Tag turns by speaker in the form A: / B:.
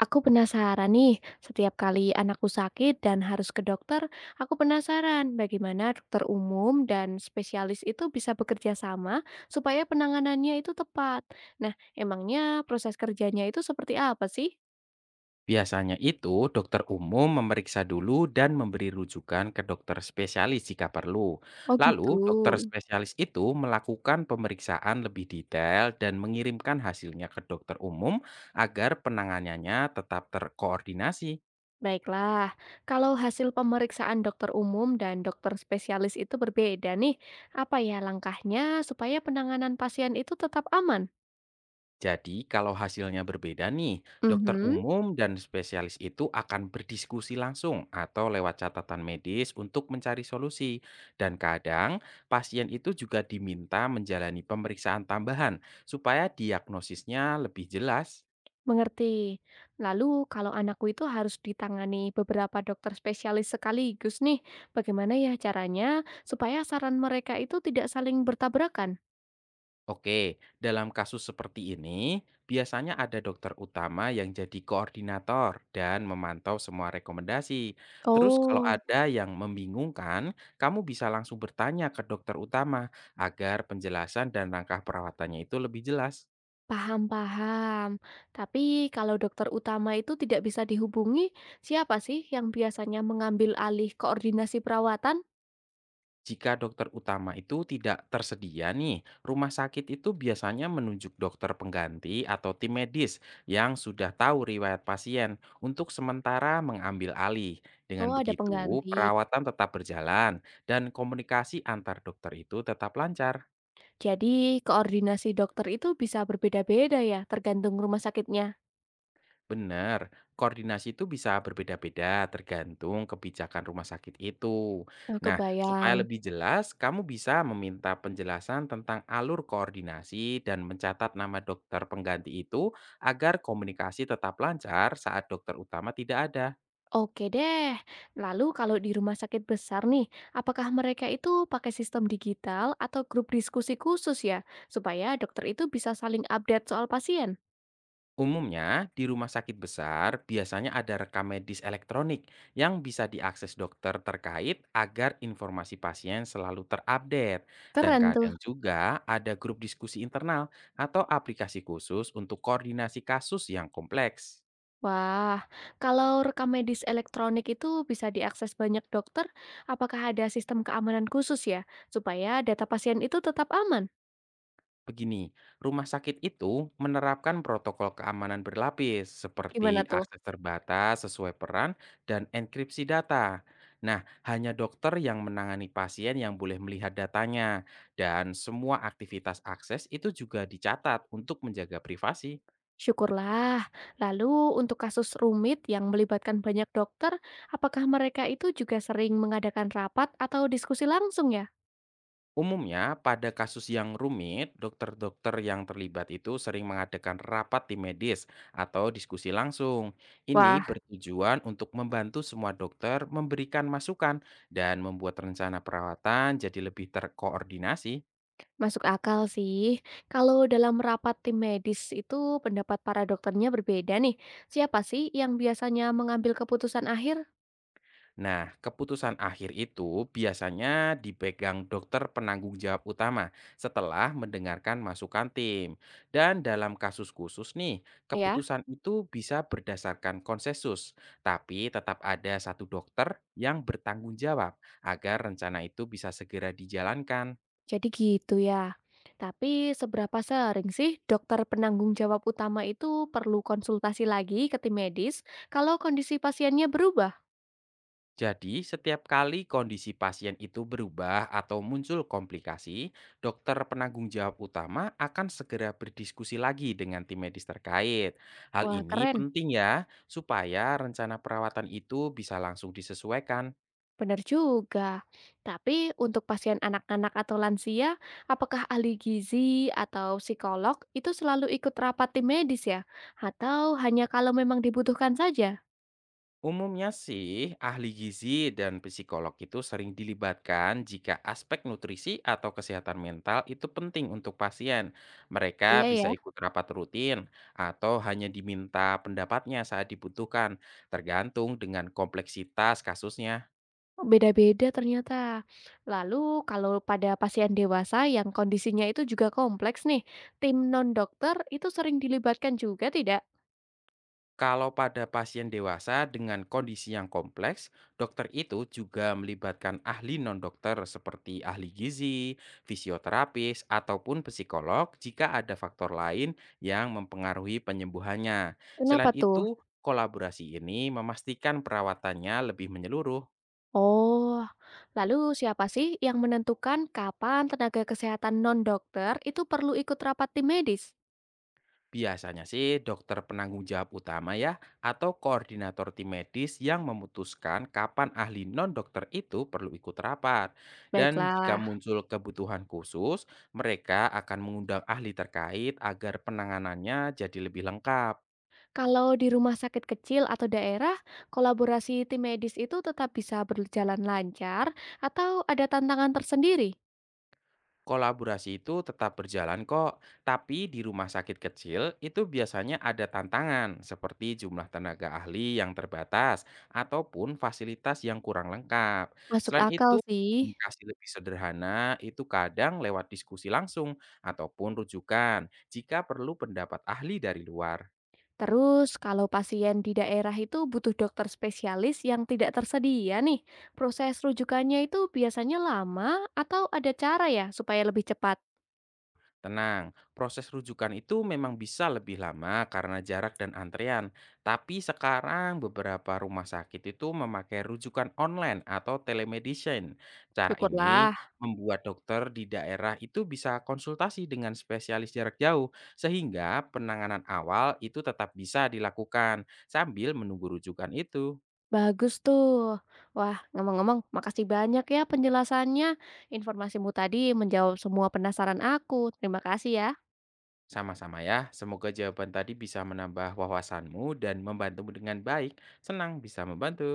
A: Aku penasaran nih, setiap kali anakku sakit dan harus ke dokter, aku penasaran bagaimana dokter umum dan spesialis itu bisa bekerja sama supaya penanganannya itu tepat. Nah, emangnya proses kerjanya itu seperti apa sih?
B: Biasanya itu, dokter umum memeriksa dulu dan memberi rujukan ke dokter spesialis jika perlu.
A: Oh gitu.
B: Lalu, dokter spesialis itu melakukan pemeriksaan lebih detail dan mengirimkan hasilnya ke dokter umum agar penanganannya tetap terkoordinasi.
A: Baiklah, kalau hasil pemeriksaan dokter umum dan dokter spesialis itu berbeda nih, apa ya langkahnya supaya penanganan pasien itu tetap aman?
B: Jadi, kalau hasilnya berbeda nih, dokter
A: Mhm.
B: umum dan spesialis itu akan berdiskusi langsung atau lewat catatan medis untuk mencari solusi. Dan kadang, pasien itu juga diminta menjalani pemeriksaan tambahan supaya diagnosisnya lebih jelas.
A: Mengerti. Lalu kalau anakku itu harus ditangani beberapa dokter spesialis sekaligus nih, bagaimana ya caranya supaya saran mereka itu tidak saling bertabrakan?
B: Oke, dalam kasus seperti ini, biasanya ada dokter utama yang jadi koordinator dan memantau semua rekomendasi. Terus kalau
A: Oh,
B: ada yang membingungkan, kamu bisa langsung bertanya ke dokter utama agar penjelasan dan langkah perawatannya itu lebih jelas.
A: paham-paham. Tapi kalau dokter utama itu tidak bisa dihubungi, siapa sih yang biasanya mengambil alih koordinasi perawatan?
B: Jika dokter utama itu tidak tersedia nih, rumah sakit itu biasanya menunjuk dokter pengganti atau tim medis yang sudah tahu riwayat pasien untuk sementara mengambil alih.
A: Oh,
B: Dengan
A: ada
B: begitu,
A: pengganti.
B: perawatan tetap berjalan dan komunikasi antar dokter itu tetap lancar.
A: Jadi, koordinasi dokter itu bisa berbeda-beda ya, tergantung rumah sakitnya.
B: Benar, koordinasi itu bisa berbeda-beda tergantung kebijakan rumah sakit itu.
A: Oh,
B: Nah,
A: kebayang.
B: supaya lebih jelas, kamu bisa meminta penjelasan tentang alur koordinasi dan mencatat nama dokter pengganti itu agar komunikasi tetap lancar saat dokter utama tidak ada.
A: Oke deh. Lalu kalau di rumah sakit besar nih, apakah mereka itu pakai sistem digital atau grup diskusi khusus ya, supaya dokter itu bisa saling update soal pasien?
B: Umumnya, di rumah sakit besar biasanya ada rekam medis elektronik yang bisa diakses dokter terkait agar informasi pasien selalu terupdate. Dan
A: Keren tuh.
B: kadang juga ada grup diskusi internal atau aplikasi khusus untuk koordinasi kasus yang kompleks.
A: Wah, kalau rekam medis elektronik itu bisa diakses banyak dokter, apakah ada sistem keamanan khusus ya, supaya data pasien itu tetap aman?
B: Begini, rumah sakit itu menerapkan protokol keamanan berlapis
A: Gimana
B: seperti
A: tuh?
B: akses terbatas sesuai peran dan enkripsi data. Nah, hanya dokter yang menangani pasien yang boleh melihat datanya dan semua aktivitas akses itu juga dicatat untuk menjaga privasi.
A: Syukurlah. Lalu untuk kasus rumit yang melibatkan banyak dokter, apakah mereka itu juga sering mengadakan rapat atau diskusi langsung ya?
B: Umumnya, pada kasus yang rumit, dokter-dokter yang terlibat itu sering mengadakan rapat tim medis atau diskusi langsung. Ini
A: Wah,
B: bertujuan untuk membantu semua dokter memberikan masukan dan membuat rencana perawatan jadi lebih terkoordinasi.
A: masuk akal sih. Kalau dalam rapat tim medis itu pendapat para dokternya berbeda nih. Siapa sih yang biasanya mengambil keputusan akhir?
B: Nah, keputusan akhir itu biasanya dipegang dokter penanggung jawab utama setelah mendengarkan masukan tim. Dan dalam kasus khusus nih,
A: Ya,
B: keputusan itu bisa berdasarkan konsensus, tapi tetap ada satu dokter yang bertanggung jawab agar rencana itu bisa segera dijalankan.
A: jadi gitu ya. Tapi seberapa sering sih dokter penanggung jawab utama itu perlu konsultasi lagi ke tim medis kalau kondisi pasiennya berubah?
B: Jadi, setiap kali kondisi pasien itu berubah atau muncul komplikasi, dokter penanggung jawab utama akan segera berdiskusi lagi dengan tim medis terkait. Hal
A: Wah,
B: ini
A: keren.
B: penting ya, supaya rencana perawatan itu bisa langsung disesuaikan.
A: Benar juga. Tapi untuk pasien anak-anak atau lansia, apakah ahli gizi atau psikolog itu selalu ikut rapat tim medis ya? Atau hanya kalau memang dibutuhkan saja?
B: Umumnya sih, ahli gizi dan psikolog itu sering dilibatkan jika aspek nutrisi atau kesehatan mental itu penting untuk pasien. Mereka
A: Iya ya,
B: bisa ikut rapat rutin atau hanya diminta pendapatnya saat dibutuhkan, tergantung dengan kompleksitas kasusnya.
A: oh, beda-beda ternyata. Lalu kalau pada pasien dewasa yang kondisinya itu juga kompleks nih, tim non-dokter itu sering dilibatkan juga tidak?
B: Kalau pada pasien dewasa dengan kondisi yang kompleks, dokter itu juga melibatkan ahli non-dokter seperti ahli gizi, fisioterapis, ataupun psikolog jika ada faktor lain yang mempengaruhi penyembuhannya.
A: Kenapa
B: Selain
A: tuh?
B: itu, kolaborasi ini memastikan perawatannya lebih menyeluruh.
A: Oh, lalu siapa sih yang menentukan kapan tenaga kesehatan non-dokter itu perlu ikut rapat tim medis?
B: Biasanya sih dokter penanggung jawab utama ya atau koordinator tim medis yang memutuskan kapan ahli non-dokter itu perlu ikut rapat. Dan jika
A: Baiklah,
B: muncul kebutuhan khusus, mereka akan mengundang ahli terkait agar penanganannya jadi lebih lengkap.
A: kalau di rumah sakit kecil atau daerah, kolaborasi tim medis itu tetap bisa berjalan lancar atau ada tantangan tersendiri?
B: Kolaborasi itu tetap berjalan kok, tapi di rumah sakit kecil itu biasanya ada tantangan seperti jumlah tenaga ahli yang terbatas ataupun fasilitas yang kurang lengkap.
A: Masuk
B: Selain
A: akal
B: itu,
A: sih.
B: komunikasi lebih sederhana itu kadang lewat diskusi langsung ataupun rujukan jika perlu pendapat ahli dari luar.
A: Terus, kalau pasien di daerah itu butuh dokter spesialis yang tidak tersedia nih, proses rujukannya itu biasanya lama atau ada cara ya supaya lebih cepat?
B: Tenang, proses rujukan itu memang bisa lebih lama karena jarak dan antrean. Tapi sekarang beberapa rumah sakit itu memakai rujukan online atau telemedicine. Cara ini
A: Syukurlah.
B: membuat dokter di daerah itu bisa konsultasi dengan spesialis jarak jauh sehingga penanganan awal itu tetap bisa dilakukan sambil menunggu rujukan itu.
A: Bagus tuh. Wah, ngomong-ngomong, makasih banyak ya penjelasannya. Informasimu tadi menjawab semua penasaran aku. Terima kasih ya.
B: Sama-sama ya, semoga jawaban tadi bisa menambah wawasanmu dan membantumu dengan baik. Senang bisa membantu.